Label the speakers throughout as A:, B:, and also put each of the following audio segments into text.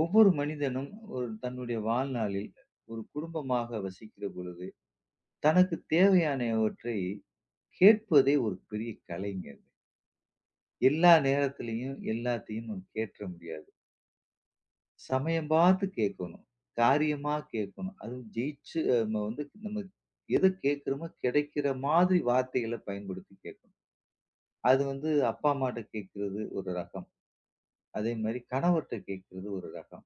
A: ஒவ்வொரு மனிதனும் ஒரு தன்னுடைய வாழ்நாளில் ஒரு குடும்பமாக வசிக்கிற பொழுது தனக்கு தேவையானவற்றை கேட்பதே ஒரு பெரிய கலைங்க அது. எல்லா நேரத்திலையும் எல்லாத்தையும் நம்ம கேட்டுற முடியாது சமயம் பார்த்து கேட்கணும் காரியமா கேட்கணும் அதுவும் ஜெயிச்சு நம்ம வந்து நம்ம எதை கேட்குறோமோ கிடைக்கிற மாதிரி வார்த்தைகளை பயன்படுத்தி கேட்கணும். அது வந்து அப்பா அம்மாட்ட கேட்கறது ஒரு ரகம். அதே மாதிரி கணவர்கிட்ட கேட்கறது ஒரு ரகம்.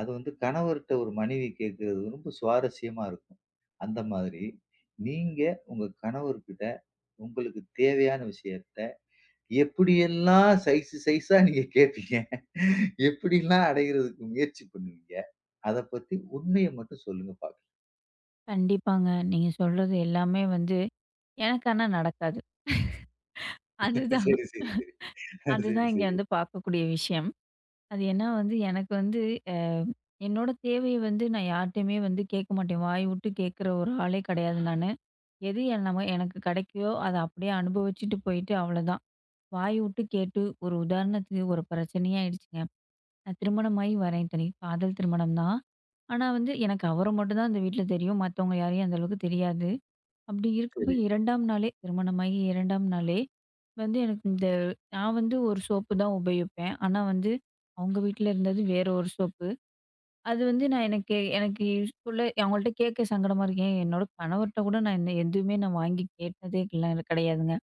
A: அது வந்து கணவர்கிட்ட ஒரு மனைவி கேட்கறது ரொம்ப சுவாரஸ்யமா இருக்கும். அந்த மாதிரி நீங்க உங்க கணவர்கிட்ட உங்களுக்கு தேவையான விஷயத்த எப்படியெல்லாம் சைஸ் சைஸா நீங்க கேட்பீங்க? எப்படிலாம் அடையறதுக்கு முயற்சி பண்ணுவீங்க? அத பத்தி உண்மைய மட்டும் சொல்லுங்க பார்க்கலாம்.
B: கண்டிப்பாங்க. நீங்க சொல்றது எல்லாமே வந்து எனக்கு ஆனா நடக்காது. அதுதான்
A: சரி, சரி, சரி. சரி, சரி,
B: அதுதான் இங்க
A: சரி,
B: வந்து பார்க்கக்கூடிய விஷயம். அது ஏன்னா வந்து எனக்கு வந்து அ என்னோட தேவைய வந்து நான் யார்ட்டயுமே வந்து கேட்க மாட்டேன். வாய் விட்டு கேட்குற ஒரு ஆளே கிடையாது நானு. எது என் நம்ம எனக்கு கிடைக்குதோ அத அப்படியே அனுபவிச்சுட்டு போயிட்டு அவ்வளோதான். வாய் விட்டு கேட்டு ஒரு உதாரணத்துக்கு ஒரு பிரச்சனையே ஆயிடுச்சுங்க. நான் திருமணமாகி வரேன், இத்தனைக்கும் காதல் திருமணம் தான். ஆனா வந்து எனக்கு அவர மட்டும் தான் அந்த வீட்ல தெரியும். மத்தவங்க யாரையும் அந்த அளவுக்கு தெரியாது. அப்படி இருக்கப்ப 2ஆம் நாளே திருமணமாகி 2ஆம் நாளே வந்து எனக்கு இந்த நான் வந்து ஒரு சோப்பு தான் உபயோகிப்பேன். ஆனா வந்து அவங்க வீட்ல இருந்தது வேற ஒரு சோப்பு. அது வந்து நான் எனக்கு எனக்கு சொல்ல அவங்கள்ட்ட கேட்க சங்கடமா இருக்கு. ஏன் என்னோட கணவர்ட்ட கூட நான் இந்த எதுவுமே நான் வாங்கி கேட்டதே இல்ல, கிடையாதுங்க.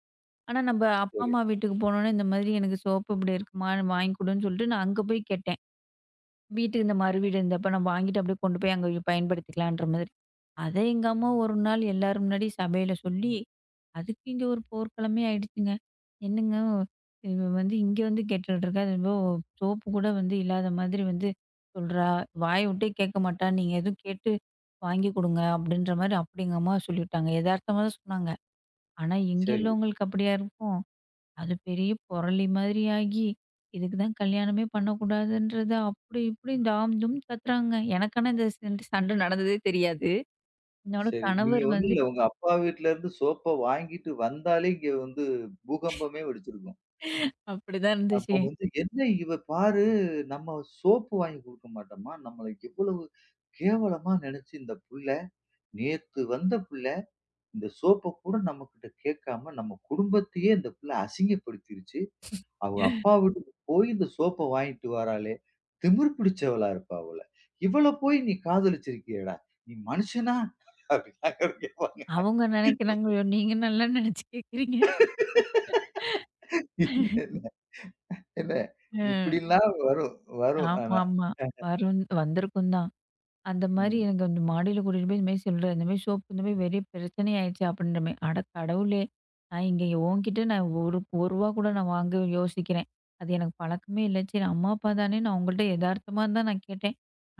B: ஆனா நம்ம அப்பா,
A: சரி,
B: அம்மா வீட்டுக்கு போனோனே, இந்த மாதிரி எனக்கு சோப்பு இப்படி இருக்குமா வாங்கி குடுன்னு சொல்லிட்டு நான் அங்க போய் கேட்டேன். வீட்டுக்கு இந்த மறு வீடு இருந்தப்ப நான் வாங்கிட்டு அப்படியே கொண்டு போய் அங்க பயன்படுத்திக்கலான்ற மாதிரி. அத எங்க அம்மா ஒரு நாள் எல்லாரும் முன்னாடி சபையில சொல்லி, அதுக்கு இங்க ஒரு போர்க்களமே ஆயிடுச்சுங்க. என்னங்க, இவ வந்து இங்க வந்து கேட்டுட்டு இருக்கா. அது என்னமோ சோப்பு கூட வந்து இல்லாத மாதிரி வந்து சொல்றா. வாய விட்டே கேட்க மாட்டா. நீங்க எதுவும் கேட்டு வாங்கி குடுங்க அப்படின்ற மாரி அப்படி எங்க அம்மா சொல்லிட்டாங்க. எதார்த்தமா தான் சொன்னாங்க. ஆனா இங்க
A: சரி,
B: உள்ளவங்களுக்கு அப்படியா இருக்கும்? அது பெரிய புரளி மாதிரி ஆகி, இதுக்கு தான் கல்யாணமே பண்ணக்கூடாதுன்றத அப்படி இப்படி டாம் டூம் கத்துறாங்க. எனக்கு ஆனா இந்த சண்டை நடந்ததே தெரியாது. என்னோட
A: சரி. நீங்க
B: கணவர்
A: ஒண்ணும்
B: வந்து
A: இல்ல. உங்க அப்பா வீட்ல இருந்து சோப்ப வாங்கிட்டு வந்தாலே இங்க வந்து பூகம்பமே வெடிச்சிருக்கும்.
B: அப்படிதான்
A: அப்போ
B: இருந்துச்சு.
A: வந்து என்ன இவ பாரு, நம்ம சோப்பு வாங்கி குடுக்க மாட்டோமா? நம்மள எவ்வளவு கேவலமா நெனச்சு இந்த புள்ள, நேத்து வந்த புள்ள, இந்த சோப்ப கூட நம்மகிட்ட கேட்காம நம்ம குடும்பத்தையே இந்த புள்ள அசிங்கப்படுத்திருச்சு. அவ அப்பா வீட்டுக்கு போய் இந்த சோப்ப வாங்கிட்டு வாராளே! திமிர் பிடிச்சவளா இருப்பா போல. இவள போய் நீ காதலிச்சிருக்கியேடா! நீ மனுஷனா? அப்டிலாம் கேட்பாங்க.
B: அவங்க நெனைக்கிறாங்களோ! நீங்க நல்லா நெனச்சு கேட்குறீங்க.
A: இல்ல, இல்ல, இல்ல.
B: அ
A: இப்படிலாம் வரும், வரும் ஆனா.
B: ஆமாமா. வரும் வந்திருக்கும் தான். அந்த மாரி
A: ம்.
B: எனக்கு அந்த மாடியில கூட்டிட்டு போய் இந்த மாரி சொல்றேன். இந்த மாரி சோப்பு இந்த மாரி பெரிய பிரச்சனை ஆயிடுச்சு அப்படின்ற மாரி. அட கடவுளே! நான் இங்க உன்கிட்ட நான் ஒரு ரூ. 1 கூட நான் வாங்க யோசிக்கிறேன். அது எனக்கு பழக்கமே இல்ல. சரி, அம்மா, அப்பா தானே, நான் அவங்கள்ட்ட எதார்த்தமா தான் நான் கேட்டேன்.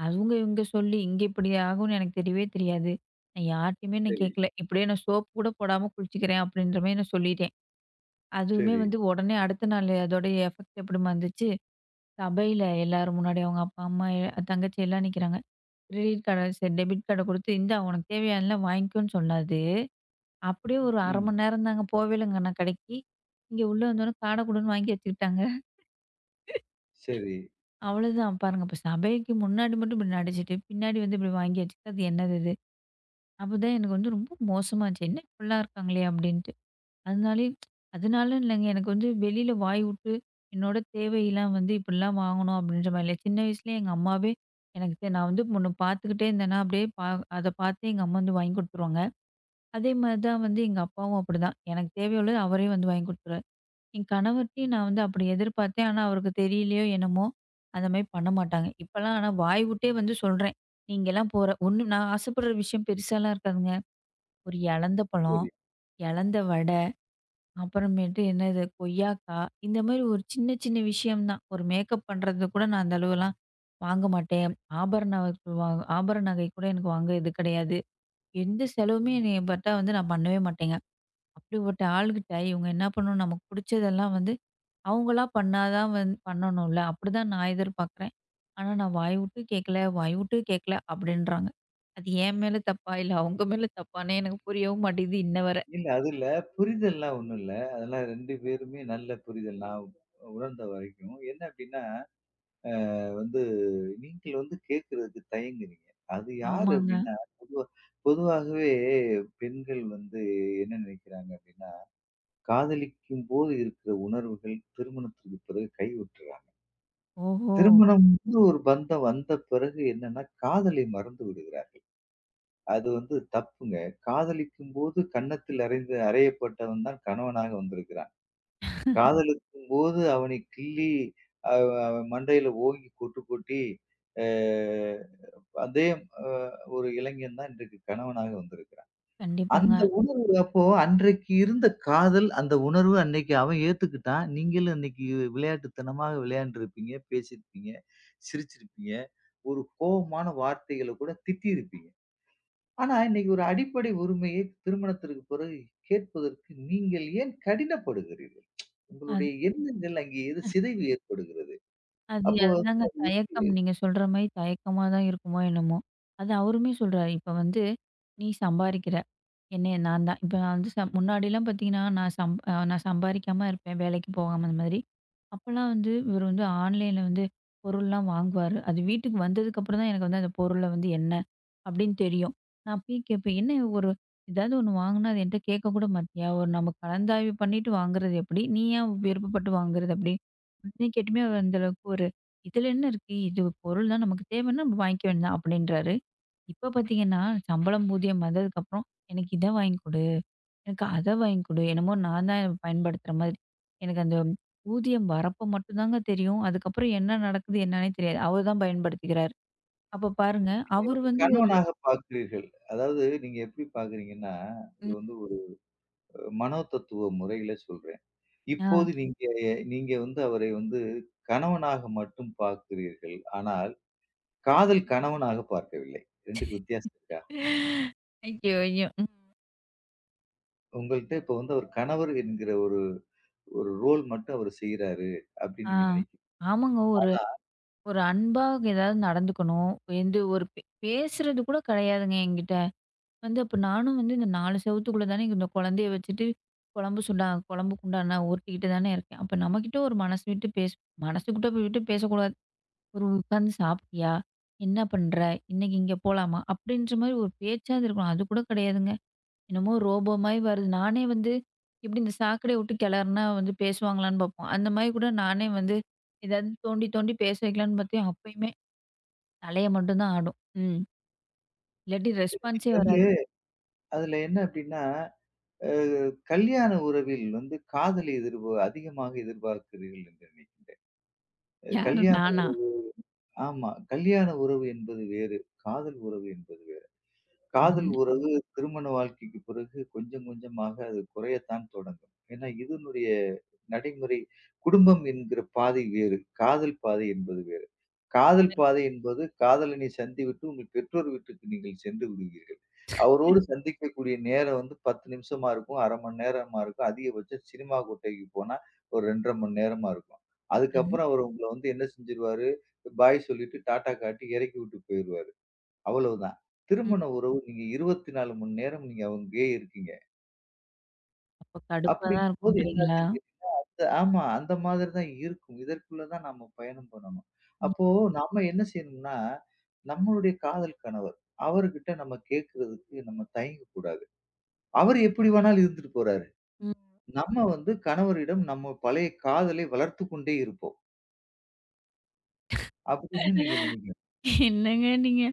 B: அவங்க இவங்க சொல்லி இங்க இப்படி ஆகும்னு எனக்கு தெரியவே தெரியாது. நான் யார்ட்டயுமே நான்
A: சரி,
B: கேட்கல. இப்படியே நான் சோப்பு கூட போடாம குளிச்சுக்கிறேன் அப்படின்ற மாரி நான் சொல்லிட்டேன். அதுவுமே
A: சரி.
B: வந்து உடனே அடுத்த நாள் அதோடைய எஃபெக்ட் எப்படிம்மா இருந்துச்சு? சபையில எல்லாரும் முன்னாடி அவங்க அப்பா, அம்மா, தங்கச்சி எல்லாம் நிக்கிறாங்க. கிரெடிட் கார்ட சரி, டெபிட் கார்ட குடுத்து, இந்தா உனக்கு தேவையானதெல்லாம் வாங்கிக்கோன்னு சொல்லாது. அப்படியே ஒரு 1/2
A: ம்.
B: மணி நேரம் தாங்க போவேலங்க நான் கடைக்கு. இங்க உள்ள வந்தோனே கார்ட குடுன்னு வாங்கி வச்சுக்கிட்டாங்க.
A: சரி,
B: அவ்வளோதான் பாருங்க. இப்ப சபைக்கு முன்னாடி மட்டும் இப்படி நடிச்சுட்டு, பின்னாடி வந்து இப்படி வாங்கி வச்சுக்கிட்டு, அது என்னது இது? அப்பதான் எனக்கு வந்து ரொம்ப மோசமா இருந்துச்சு. என்ன இப்படிலாம் இருக்காங்களே அப்படின்ட்டு. அதனாலயே அதனால இல்லைங்க. எனக்கு வந்து வெளியில வாய் விட்டு, என்னோட தேவையெல்லாம் வந்து இப்படிலாம் வாங்கணும் அப்படின்ற மாரி இல்ல. சின்ன வயசுலயே எங்க அம்மாவே எனக்கு நான் வந்து ஒண்ணு பார்த்துக்கிட்டே இருந்தேன்னா, அப்படியே அத பார்த்து எங்க அம்மா வந்து வாங்கி குடுத்துருவாங்க. அதே மாரி தான் வந்து எங்க அப்பாவும் அப்படிதான். எனக்கு தேவையுள்ளது அவரே வந்து வாங்கி குடுத்துருவாரு. என் கணவர்ட்டயும் நான் வந்து அப்படி எதிர்பார்த்தேன். ஆனா, அவருக்கு தெரியலையோ என்னமோ, அந்த மாரி பண்ண மாட்டாங்க. இப்பலாம் ஆனா வாய் விட்டே வந்து சொல்றேன். நீங்கலாம் போற ஒண்ணு நான் ஆசைப்படுற விஷயம் பெருசாலாம் இருக்காதுங்க. ஒரு எலந்த பழம்,
A: சரி.
B: எலந்த வடை, அப்புறமேட்டு என்னது கொய்யாக்கா, இந்த மாரி ஒரு சின்ன சின்ன விஷயம் தான். ஒரு மேக்கப் பண்றது கூட நான் அந்த அளவுலாம் வாங்க மாட்டேன். ஆபரண வ- வா ஆபரண நகை கூட எனக்கு வாங்க இது கிடையாது. எந்த செலவுமே என்னைய பாத்தா வந்து நான் பண்ணவே மாட்டேங்க. அப்படிப்பட்ட ஆளுகிட்ட இவங்க என்ன பண்ணணும், நமக்கு புடிச்சதெல்லாம் வந்து அவங்களா பண்ணா தான் வந்து பண்ணணும்ல. அப்படிதான் நான் எதிர்பார்க்குறேன். ஆனா நான் வாய் விட்டு கேட்கல, வாய் விட்டு கேட்கல அப்படின்றாங்க. அது என் மேல தப்பா? இல்ல அவங்க மேல தப்பான்னே எனக்கு புரியவும் மாட்டேங்குது இன்ன வர.
A: இல்ல அதுல புரிதல்லாம் ஒண்ணும் இல்ல. அதெல்லாம் 2 பேருமே நல்ல புரிதல். நான் உணர்ந்த வரைக்கும். என்ன அப்டின்னா வந்து நீங்கள் வந்து கேட்கறதுக்கு தயங்குறீங்க. அது யாரு
B: ஆமாங்க.
A: அப்டின்னா, பொதுவா பொதுவாகவே பெண்கள் வந்து என்ன நினைக்கிறாங்க அப்டின்னா, காதலிக்கும்போது இருக்கிற உணர்வுகள் திருமணத்திற்கு பிறகு கைவிட்டுறாங்க.
B: ஓஹோ!
A: திருமணம்ன்ற ஒரு பந்தம் வந்த பிறகு என்னன்னா, காதலை மறந்து விடுகிறார்கள். அது வந்து தப்புங்க. காதலிக்கும்போது கன்னத்தில் அறைந்து அறையப்பட்டவன் தான் கணவனாக வந்திருக்கிறான். ம். காதலிக்கும்போது அவனை கிள்ளி அ அவன் மண்டையில ஓங்கி கொட்டு கொட்டி, அ அதே அ ஒரு இளைஞன் தான் இன்றைக்கு கணவனாக வந்திருக்கிறான்.
B: கண்டிப்பாங்க.
A: அந்த ஒரு அப்போ அன்றைக்கு இருந்த காதல், அந்த உணர்வு அன்னைக்கு அவன் ஏத்துக்கிட்டான். நீங்களும் இன்னைக்கு விளையாட்டுத்தனமாக விளையாண்டுருப்பீங்க, பேசியிருப்பீங்க, சிரிச்சிருப்பீங்க. ஒரு கோவமான வார்த்தைகள கூட திட்டியிருப்பீங்க. ஆனா, இன்னைக்கு ஒரு அடிப்படை உரிமையை திருமணத்திற்கு பிறகு கேட்பதற்கு நீங்கள் ஏன் கடினப்படுகிறீர்கள்?
B: அது
A: உங்களுடைய எண்ணங்கள் அங்கே எது சிதைவு ஏற்படுகிறது.
B: அது
A: அப்போ வந்து
B: அதுதாங்க
A: அது
B: தயக்கம்.
A: எப்படி
B: நீங்க சொல்ற மாரி தயக்கமா தான் இருக்குமோ என்னமோ! அது அவருமே சொல்றாரு. இப்ப வந்து நீ சம்பாரிக்கிற. என்னைய நான் தான். இப்ப நான் வந்து முன்னாடிலாம் பார்த்தீங்கன்னா, நான் சம்பாரிக்காம இருப்பேன். வேலைக்கு போகாம அந்த மாதிரி. அப்பலாம் வந்து இவரு வந்து ஆன்லைன்ல வந்து பொருள்லாம் வாங்குவாரு. அது வீட்டுக்கு வந்ததுக்கப்புறம் தான் எனக்கு வந்து அந்த பொருள்ல வந்து என்ன அப்படின்னு தெரியும். நான் போய் கேட்பேன், "என்ன ஒரு ஏதாவது ஒண்ணு வாங்குனா அது என்ட்ட கேட்க கூட மாட்டியா? ஒரு நம்ம கலந்தாய்வு பண்ணிட்டு வாங்குறது எப்படி? நீ ஏன் விருப்பப்பட்டு வாங்குறது அப்படி?" அப்படின்னு கேட்டுமே அவர் அந்த அளவுக்கு ஒரு, "இதில என்ன இருக்கு? இது பொருள் தான், நமக்கு தேவைன்னா நம்ம வாங்கிக்க வேண்டியது தான்" அப்படின்றாரு. இப்ப பார்த்தீங்கன்னா, சம்பளம் ஊதியம் வந்ததுக்கப்புறம், "எனக்கு இத வாங்கி குடு, எனக்கு அத வாங்கி குடு." என்னமோ நான் தான் பயன்படுத்துற மாதிரி. எனக்கு அந்த ஊதியம் வரப்போ மட்டும் தாங்க தெரியும். அதுக்கப்புறம் என்ன நடக்குது என்னன்னே தெரியாது. அவர் தான் பயன்படுத்திக்கிறாரு. அப்ப பாருங்க,
A: நீங்க
B: அவரு
A: வந்து
B: வந்து ஒரு
A: கணவனாக பார்க்கிறீர்கள். அதாவது நீங்க எப்படி பார்க்கிறீங்கன்னா, இது
B: ம்.
A: வந்து ஒரு மனோ தத்துவ முறையில சொல்றேன்.
B: ஆ.
A: இப்போது நீங்க நீங்க வந்து அவரை வந்து கணவனாக மட்டும் பார்க்கிறீர்கள். ஆனால், காதல் கணவனாக பார்க்கவில்லை. 2க்கு வித்தியாசம் இருக்கா?
B: ஐயோ! ஐயோ! ம்.
A: உங்கள்ட்ட இப்ப வந்து அவர் கணவர் என்கிற ஒரு ஒரு ரோல் மட்டும் அவரு செய்றாரு அப்படின்னு
B: ஆ.
A: நீங்க நினைக்கிறீங்க.
B: ஆமாங்க. ஒரு
A: ஆனா
B: ஒரு அன்பா ஏதாவது நடந்துக்கணும். எந்த ஒரு பே பேசுறது கூட கிடையாதுங்க என்கிட்ட. வந்து அப்ப நானும் வந்து இந்த 4 செவுத்துக்குள்ள தானே இந்த குழந்தைய வச்சுட்டு, குழம்பு சுண்டா குழம்புக்கு உண்டான உருட்டிக்கிட்டு தானே இருக்கேன். அப்ப நம்மகிட்ட ஒரு மனசு விட்டு மனசுக்கிட்ட போய் விட்டு பேசக்கூடாது. ஒரு உட்காந்து சாப்பிட்டியா? என்ன பண்ற? இன்னைக்கு இங்க போலாமா? அப்படின்ற மாரி ஒரு பேச்சாவது இருக்கணும். அது கூட கிடையாதுங்க. என்னமோ ரோபோ மாரி வருது. நானே வந்து எப்படி இந்த சாக்கடைய விட்டு கிளறுனா வந்து பேசுவாங்களான்னு பார்ப்போம். அந்த மாரி கூட நானே வந்து ஏதாவது தோண்டி தோண்டி பேச வைக்கலான்னு பார்த்தேன். அப்பயுமே தலைய மட்டும் தான் ஆடும். ம். இல்லாட்டி
A: அங்க
B: ரெஸ்பான்ஸே
A: வந்து
B: வராது.
A: அதுல என்ன அப்படின்னா, அ கல்யாண உறவில் வந்து காதலை அதிகமாக எதிர்பார்க்கிறீர்கள் என்று நினைக்கின்றேன்.
B: யாரு?
A: கல்யாண
B: நானா?
A: ஆமா. கல்யாண உறவு என்பது வேறு. காதல் உறவு என்பது வேறு. காதல்
B: என்ன?
A: உறவு திருமண வாழ்க்கைக்கு பிறகு கொஞ்சம் கொஞ்சமாக அது குறையத்தான் தொடங்கும். ஏன்னா இதனுடைய நடைமுறை குடும்பம் என்கிற பாதை வேறு. காதல் பாதை என்பது வேறு. காதல் பாதை என்பது காதலனை சந்திவிட்டு உங்கள் பெற்றோர் வீட்டுக்கு நீங்கள் சென்று விடுவீர்கள். அவரோடு சந்திக்கக்கூடிய நேரம் வந்து 10 நிமிஷமா இருக்கும். 1/2 மணி நேரமா இருக்கும். அதிகபட்சம் சினிமா கொட்டைக்கு போனா ஒரு 2 1/2 மணி நேரமா இருக்கும். அதுக்கப்புறம் அவரு உங்கள வந்து என்ன செஞ்சுருவாரு, பாய் சொல்லிட்டு டாட்டா காட்டி இறக்கி விட்டு போயிருவாரு. அவ்வளவுதான்.
B: ம்.
A: திருமண உறவு நீங்க 24 மணி நேரம் நீங்க அங்கயே இருக்கீங்க.
B: அப்ப கடுப்பா தான்
A: அப்படிங்கும்போது
B: இருக்கும்ன்றீங்களா?
A: என்னாச்சுன்னு ஆமா. அந்த மாதிரி தான் இருக்கும். இதற்குள்ள தான் நம்ம பயணம் பண்ணணும்.
B: ம்.
A: அப்போ நாம என்ன செய்யணும்னா, நம்மளுடைய காதல் கணவர், அவர்கிட்ட நம்ம கேட்கிறதுக்கு நம்ம தயங்கக் கூடாது. அவர் எப்படி வேணாலும் இருந்துட்டு போறாரு.
B: ம்.
A: நம்ம வந்து கணவரிடம் நம்ம பழைய காதலை வளர்த்துக் கொண்டே இருப்போம். அப்படின்னு நீங்க நினைக்கணும்.
B: என்னங்க நீங்க?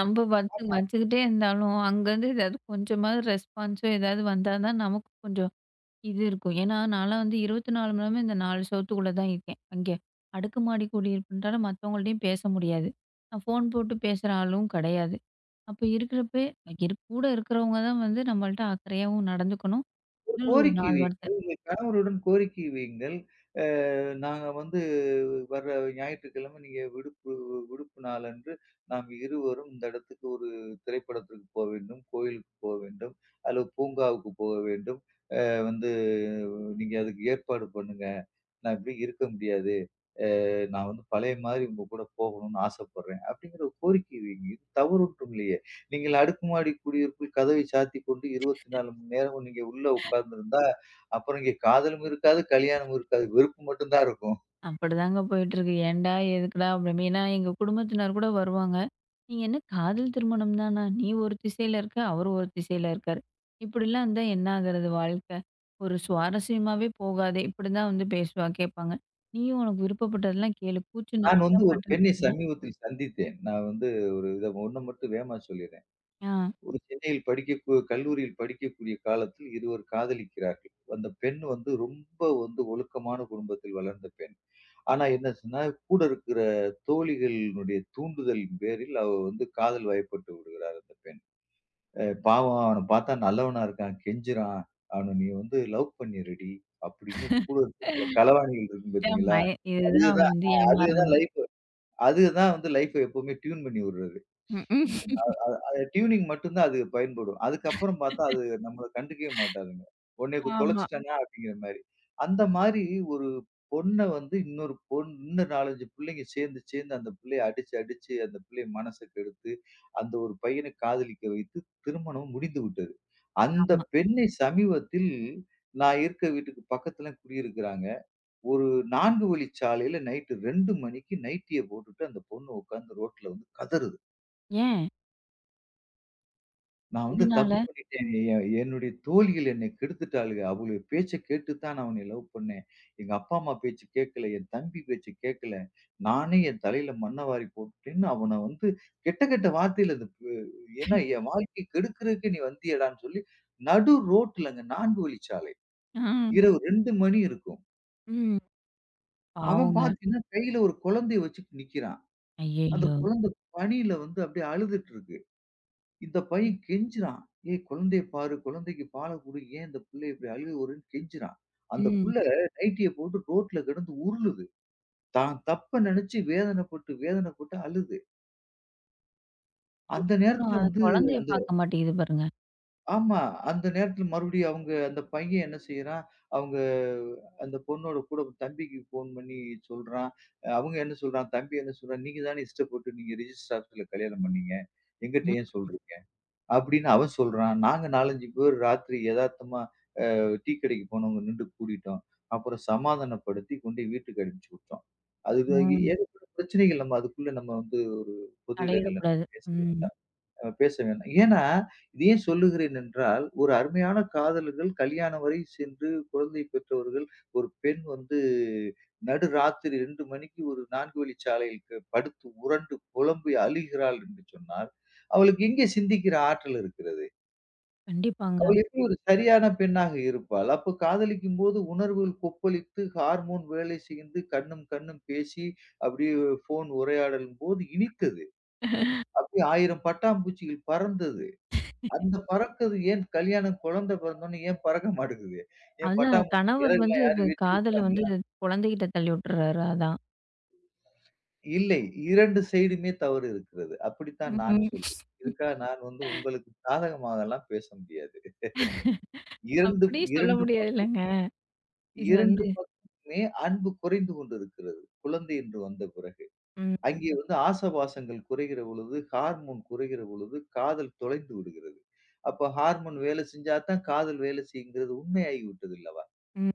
B: நம்ப வச்சு வச்சுக்கிட்டே இருந்தாலும், அங்கருந்து ஏதாவது கொஞ்சமாவது ரெஸ்பான்ஸோ ஏதாவது வந்தா தான் நமக்கு கொஞ்சம் இது இருக்கும். ஏன்னா, நான்லாம் வந்து 24 மணி நேரமும் இந்த 4 செவுத்துக்குள்ள தான் இருக்கேன். அங்கே அடுக்குமாடி குடியிருப்புன்றால மத்தவங்கள்ட்டயும் பேச முடியாது. நான் ஃபோன் போட்டு பேசுற ஆளும் கிடையாது. அப்ப இருக்கிறப்ப, இரு கூட இருக்கிறவங்க தான் வந்து நம்மள்ட்ட அக்கறையாவும் நடந்துக்கணும். இன்னும் ஒரு
A: கோரிக்கை
B: 4 வார்த்தை
A: வையுங்கள். உங்க கணவருடன் கோரிக்கை வையுங்கள். அ நாங்க வந்து வர்ற ஞாயிற்றுக்கிழமை நீங்க விடுப்பு விடுப்பு நாளன்று நாம் இருவரும் இந்த இடத்துக்கு ஒரு திரைப்படத்திற்கு போக வேண்டும், கோயிலுக்கு போக வேண்டும், அல்லது பூங்காவுக்கு போக வேண்டும். வந்து நீங்க அதுக்கு ஏற்பாடு பண்ணுங்க. நான் இப்படி இருக்க முடியாது. நான் வந்து பழைய மாதிரி உங்க கூட போகணும்னு ஆசைப்படுறேன்." அப்படிங்கிற ஒரு கோரிக்கை வைங்க. இது தவறு ஒன்றும் இல்லையே. நீங்கள் அடுக்குமாடி குடியிருப்பில் கதவை சாத்திக் கொண்டு 24 மணி நேரமும் நீங்க உள்ள உட்கார்ந்திருந்தா, அப்புறம் இங்க காதலும் இருக்காது, கல்யாணமும் இருக்காது. வெறுப்பு மட்டும் தான் இருக்கும்.
B: அப்படிதாங்க போயிட்டுருக்கு. ஏன்டா, எதுக்குடா அப்படின்னு. ஏன்னா எங்க குடும்பத்தினர் கூட வருவாங்க. "நீங்க என்ன காதல் திருமணம் தானா? நீ ஒரு திசையில இருக்க, அவரு ஒரு திசையில இருக்காரு. இப்படிலாம் இருந்தா என்ன ஆகுறது வாழ்க்கை? ஒரு சுவாரஸ்யமாவே போகாதே." இப்படிதான் வந்து பேசுவா, கேட்பாங்க. "நீயும் உனக்கு விருப்பப்பட்டதெல்லாம் கேளு. பூச்சு
A: நான்
B: நச்சுன்னா
A: வந்து ஒரு
B: பாட்டுக்கு
A: பெண்ணை
B: கேளு."
A: சமீபத்தில் சந்தித்தேன். நான் வந்து ஒரு ஒண்ண மட்டும் வேகமா சொல்லிர்றேன்.
B: ஆ.
A: ஒரு சென்னையில் படிக்க கல்லூரியில் படிக்கக்கூடிய காலத்தில் இருவர் காதலிக்கிறார்கள். அந்த பெண் வந்து ரொம்ப வந்து ஒழுக்கமான குடும்பத்தில் வளர்ந்த பெண். ஆனா என்னாச்சுன்னா, கூட இருக்கிற தோழிகளினுடைய தூண்டுதலின் பேரில் அவ வந்து காதல் வயப்பட்டு விடுகிறார் அந்த பெண். பாவம் அவன பார்த்தா நல்லவனா இருக்கான், கெஞ்சுறான். அவன நீ வந்து லவ் பண்ணிருடி அப்படின்னு கூட இருக்கிற களவாணிகள் இருக்கும்
B: இதான்
A: பார்த்தீங்களா?
B: இதுதான்
A: அதுக
B: அவங்க
A: தான்
B: வந்து
A: அதுக தான்
B: ஏமாறுறது.
A: லைஃப் அதுக தான் வந்து லைஃப்ப எப்பவுமே டியூன் பண்ணி விடுறது.
B: ம்ஹ்ம்.
A: ம். டியூனிங் மட்டும் தான் அது பயன்படும். அதுக்கப்புறம் பார்த்தா, அது நம்மள கண்டுக்கவே மாட்டாதுங்க. உன்னைய
B: ஆமா.
A: தொலைச்சுட்டானா அப்படிங்கிற மாரி. அந்த மாரி ஒரு பொண்ண வந்து இன்னொரு பொண் இன்னும் 4, 5 பிள்ளைங்க சேர்ந்து, சேர்ந்து அந்த பிள்ளைய அடிச்சு, அடிச்சு அந்த பிள்ளைய மனச கெடுத்து, அந்த ஒரு பையனை காதலிக்க வைத்து திருமணம் முடிந்து விட்டது. அந்த
B: ஆமா.
A: பெண்ணை சமீபத்தில் நான் இருக்க வீட்டுக்கு பக்கத்துல குடியிருக்கிறாங்க. ஒரு 4 வழிச்சாலையில நைட்டு 2 மணிக்கு நைட்டிய போட்டுட்டு அந்த பொண்ணு உட்கார்ந்து ரோட்ல வந்து கதறுது.
B: ஏன்?
A: நான் வந்து தப்பு
B: எதனால?
A: பண்ணிட்டேன். எ என்னுடைய தோழிகள் என்னை கெடுத்துட்டாளுக. அவளுக பேச்ச கேட்டு தான் நான் உன்னை லவ் பண்ணேன். எங்க அப்பா, அம்மா பேச்சு கேட்கல. என் தம்பி பேச்சு கேட்கல. நானே என் தலையில மண்ண வாரி போட்டுட்டேன்னு அவன வந்து கெட்ட கெட்ட வார்த்தையில அது ஏன்னா என் வாழ்க்கைய கெடுக்கிறதுக்கு நீ வந்தியேடான்னு சொல்லி நடு ரோட்டுலங்க 4 வழிச்சாலை.
B: ஆ.
A: இரவு 2 மணி இருக்கும்.
B: ம்.
A: அவன்
B: பாவங்க.
A: பார்த்தீங்கன்னா கையில ஒரு குழந்தைய வச்சுட்டு நிக்கிறான். அந்த
B: ஐயய்யோ!
A: குழந்தை பனியில வந்து அப்படியே அழுதுட்டு இருக்கு. இந்த பையன் கெஞ்சுறான். "ஏய் குழந்தைய பாரு, குழந்தைக்கு பால குடு. ஏன் இந்த புள்ள இப்படி அழுவுறன்னு?" கெஞ்சுறான். அந்த
B: ம்.
A: புள்ள நைட்டிய போட்டு ரோட்ல கிடந்து உருளுது. தான் தப்ப நெனச்சு வேதனைப்பட்டு, வேதனைப்பட்டு அழுது. அந்த
B: அதுக்கப்புறம்
A: நேரத்துல
B: அது
A: வந்து
B: குழந்தைய
A: அந்த
B: பார்க்க மாட்டேங்குது பாருங்க.
A: ஆமா. அந்த நேரத்துல மறுபடியும் அவங்க அந்த பையன் என்ன செய்றான், அவங்க அந்த பொண்ணோட கூட தம்பிக்கு ஃபோன் பண்ணி சொல்றான். அவங்க என்ன சொல்றான், தம்பி என்ன சொல்றான், "நீங்க தானே இஷ்டப்பட்டு நீங்க ரிஜிஸ்டர் ஆபீஸ்ல கல்யாணம் பண்ணீங்க. எங்கிட்ட
B: ம்.
A: ஏன் சொல்றீங்க?" அப்படின்னு அவன் சொல்றான். நாங்க 4, 5 பேர் ராத்திரி எதார்த்தமா டீ கடைக்கு போனவங்க நிண்டு கூடிட்டோம். அப்புறம் சமாதானப்படுத்தி கொண்டு வீட்டுக்கு அனுப்பிச்சு விட்டோம். அதுக்கு
B: ம்.
A: ஏகப்பட்ட பிரச்சனைகள் நம்ம அதுக்குள்ள நம்ம வந்து ஒரு பொது இடங்கள்ல
B: தலையிடக்கூடாது.
A: பேச
B: ம்.
A: வேண்டாம். பேச வேண்டாம். ஏன்னா, இது ஏன் சொல்லுகிறேன் என்றால், ஒரு அருமையான காதலர்கள் கல்யாணம் வரை சென்று குழந்தை பெற்றவர்கள், ஒரு பெண் வந்து நடு ராத்திரி 2 மணிக்கு ஒரு 4 வழிச்சாலையில் படுத்து உரண்டு புலம்பி அழுகிறாள் என்று சொன்னால், அவளுக்கு எங்கே சிந்திக்கிற ஆற்றல் இருக்கிறது?
B: கண்டிப்பாங்க.
A: அவள் எப்படி ஒரு சரியான பெண்ணாக இருப்பாள்? அப்போ காதலிக்கும்போது உணர்வுகள் கொப்பளித்து, ஹார்மோன் வேலை செய்து, கண்ணும் கண்ணும் பேசி, அப்படியே ஃபோன் உரையாடலும்போது இனித்தது. அப்படியே 1000 பட்டாம்பூச்சிகள் பறந்தது. அந்த பறக்குது ஏன் கல்யாணம் குழந்தை பிறந்தோனே ஏன் பறக்க மாட்டேங்குது? ஏன்
B: அதான்
A: பட்டாம்பூச்சி
B: கணவர் வந்து
A: இறகுலாம்
B: இது
A: யாரும் வெட்டி
B: காதல வந்து
A: விட்டாங்களா?
B: குழந்தைகிட்ட தள்ளி விட்டுறாரு அதான்.
A: இல்லை. 2 சைடுமே தவறு இருக்கிறது. அப்படித்தான் நான்
B: ம்.
A: சொல்லுவேன். இதுக்காக நான் வந்து உங்களுக்கு சாதகமாகலாம் பேச முடியாது. 2
B: அப்படி சொல்ல
A: 2
B: முடியாதுல்லங்க. இது
A: 2
B: வந்து
A: பக்கமுமே அன்பு குறைந்து கொண்டிருக்கிறது. குழந்தை என்று வந்த பிறகு.
B: ம்.
A: அங்கே வந்து ஆசபாசங்கள் குறைகிற பொழுது, ஹார்மோன் குறைகிற பொழுது, காதல் தொலைந்து விடுகிறது. அப்ப ஹார்மோன் வேலை செஞ்சா தான் காதல் வேலை செய்யுங்கிறது உண்மையாகி விட்டது அல்லவா?
B: ம்.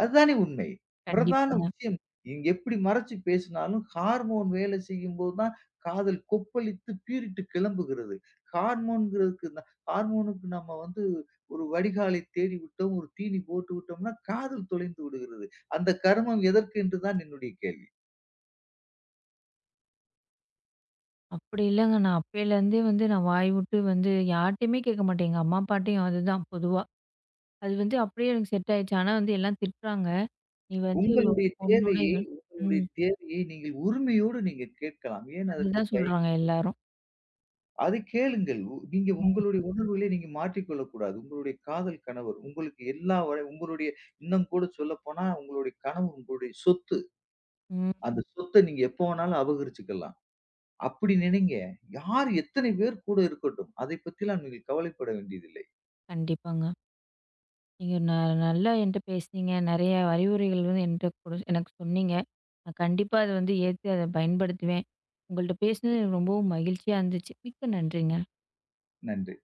A: அதுதானே உண்மை. பிரதான
B: கண்டிப்பாங்க.
A: விஷயம். நீங்க எப்படி மறைச்சு பேசினாலும், ஹார்மோன் வேலை செய்யும்போது தான் காதல் கொப்பளித்து பீறிட்டு கிளம்புகிறது. ஹார்மோன்ங்கிறதுக்கு ந ஹார்மோனுக்கு நம்ம வந்து ஒரு வடிகாலை தேடி விட்டோம், ஒரு தீனி போட்டு விட்டோம்னா, காதல் தொலைந்து விடுகிறது. அந்த கருமம் எதற்கு என்று தான் என்னுடைய கேள்வி.
B: அப்படி இல்லங்க. நான் அப்பயிலேருந்தே வந்து நான் வாய் விட்டு வந்து யார்ட்டயுமே கேட்க மாட்டேன். எங்க அம்மா, அப்பாட்டயும் அதுதான் பொதுவா. அது வந்து அப்படியே எனக்கு செட் ஆயிடுச்சு. ஆனா வந்து எல்லாம் திட்டுறாங்க. நீ வந்து
A: உங்களுடைய
B: உன்னோட
A: தேவையை
B: இவ
A: உங்களுடைய
B: ம்.
A: தேவையை நீங்கள் உரிமையோடு நீங்க கேட்கலாம். ஏன் அதற்கு
B: அதுதான் சொல்றாங்க எல்லாரும்.
A: அது கேளுங்கள். நீங்க
B: ம்.
A: உங்களுடைய உணர்வுகளை நீங்க மாற்றிக்கொள்ளக் கூடாது. உங்களுடைய காதல் கணவர், உங்களுக்கு எல்லா வரை உங்களுடைய இன்னும் கூட சொல்லப்போனா உங்களுடைய கனவு உங்களுடைய சொத்து.
B: ம்.
A: அந்த சொத்த நீங்க எப்ப வேணாலும் அபகரிச்சுக்கலாம். அப்படி நினைங்க. யார் எத்தனை பேர் கூட இருக்கட்டும். அதைப் பத்திலாம் நீங்கள் கவலைப்பட வேண்டியதில்லை.
B: கண்டிப்பாங்க. நீங்க நல்லா என்ட்ட பேசுனீங்க. நெறைய அறிவுரைகள் வந்து என்ட்ட எனக்கு சொன்னீங்க. நான் கண்டிப்பா அத வந்து ஏத்து அத பயன்படுத்துவேன். உங்கள்ட்ட பேசினது எனக்கு ரொம்பவும் மகிழ்ச்சியா இருந்துச்சு. மிக்க நன்றிங்க.
A: நன்றி.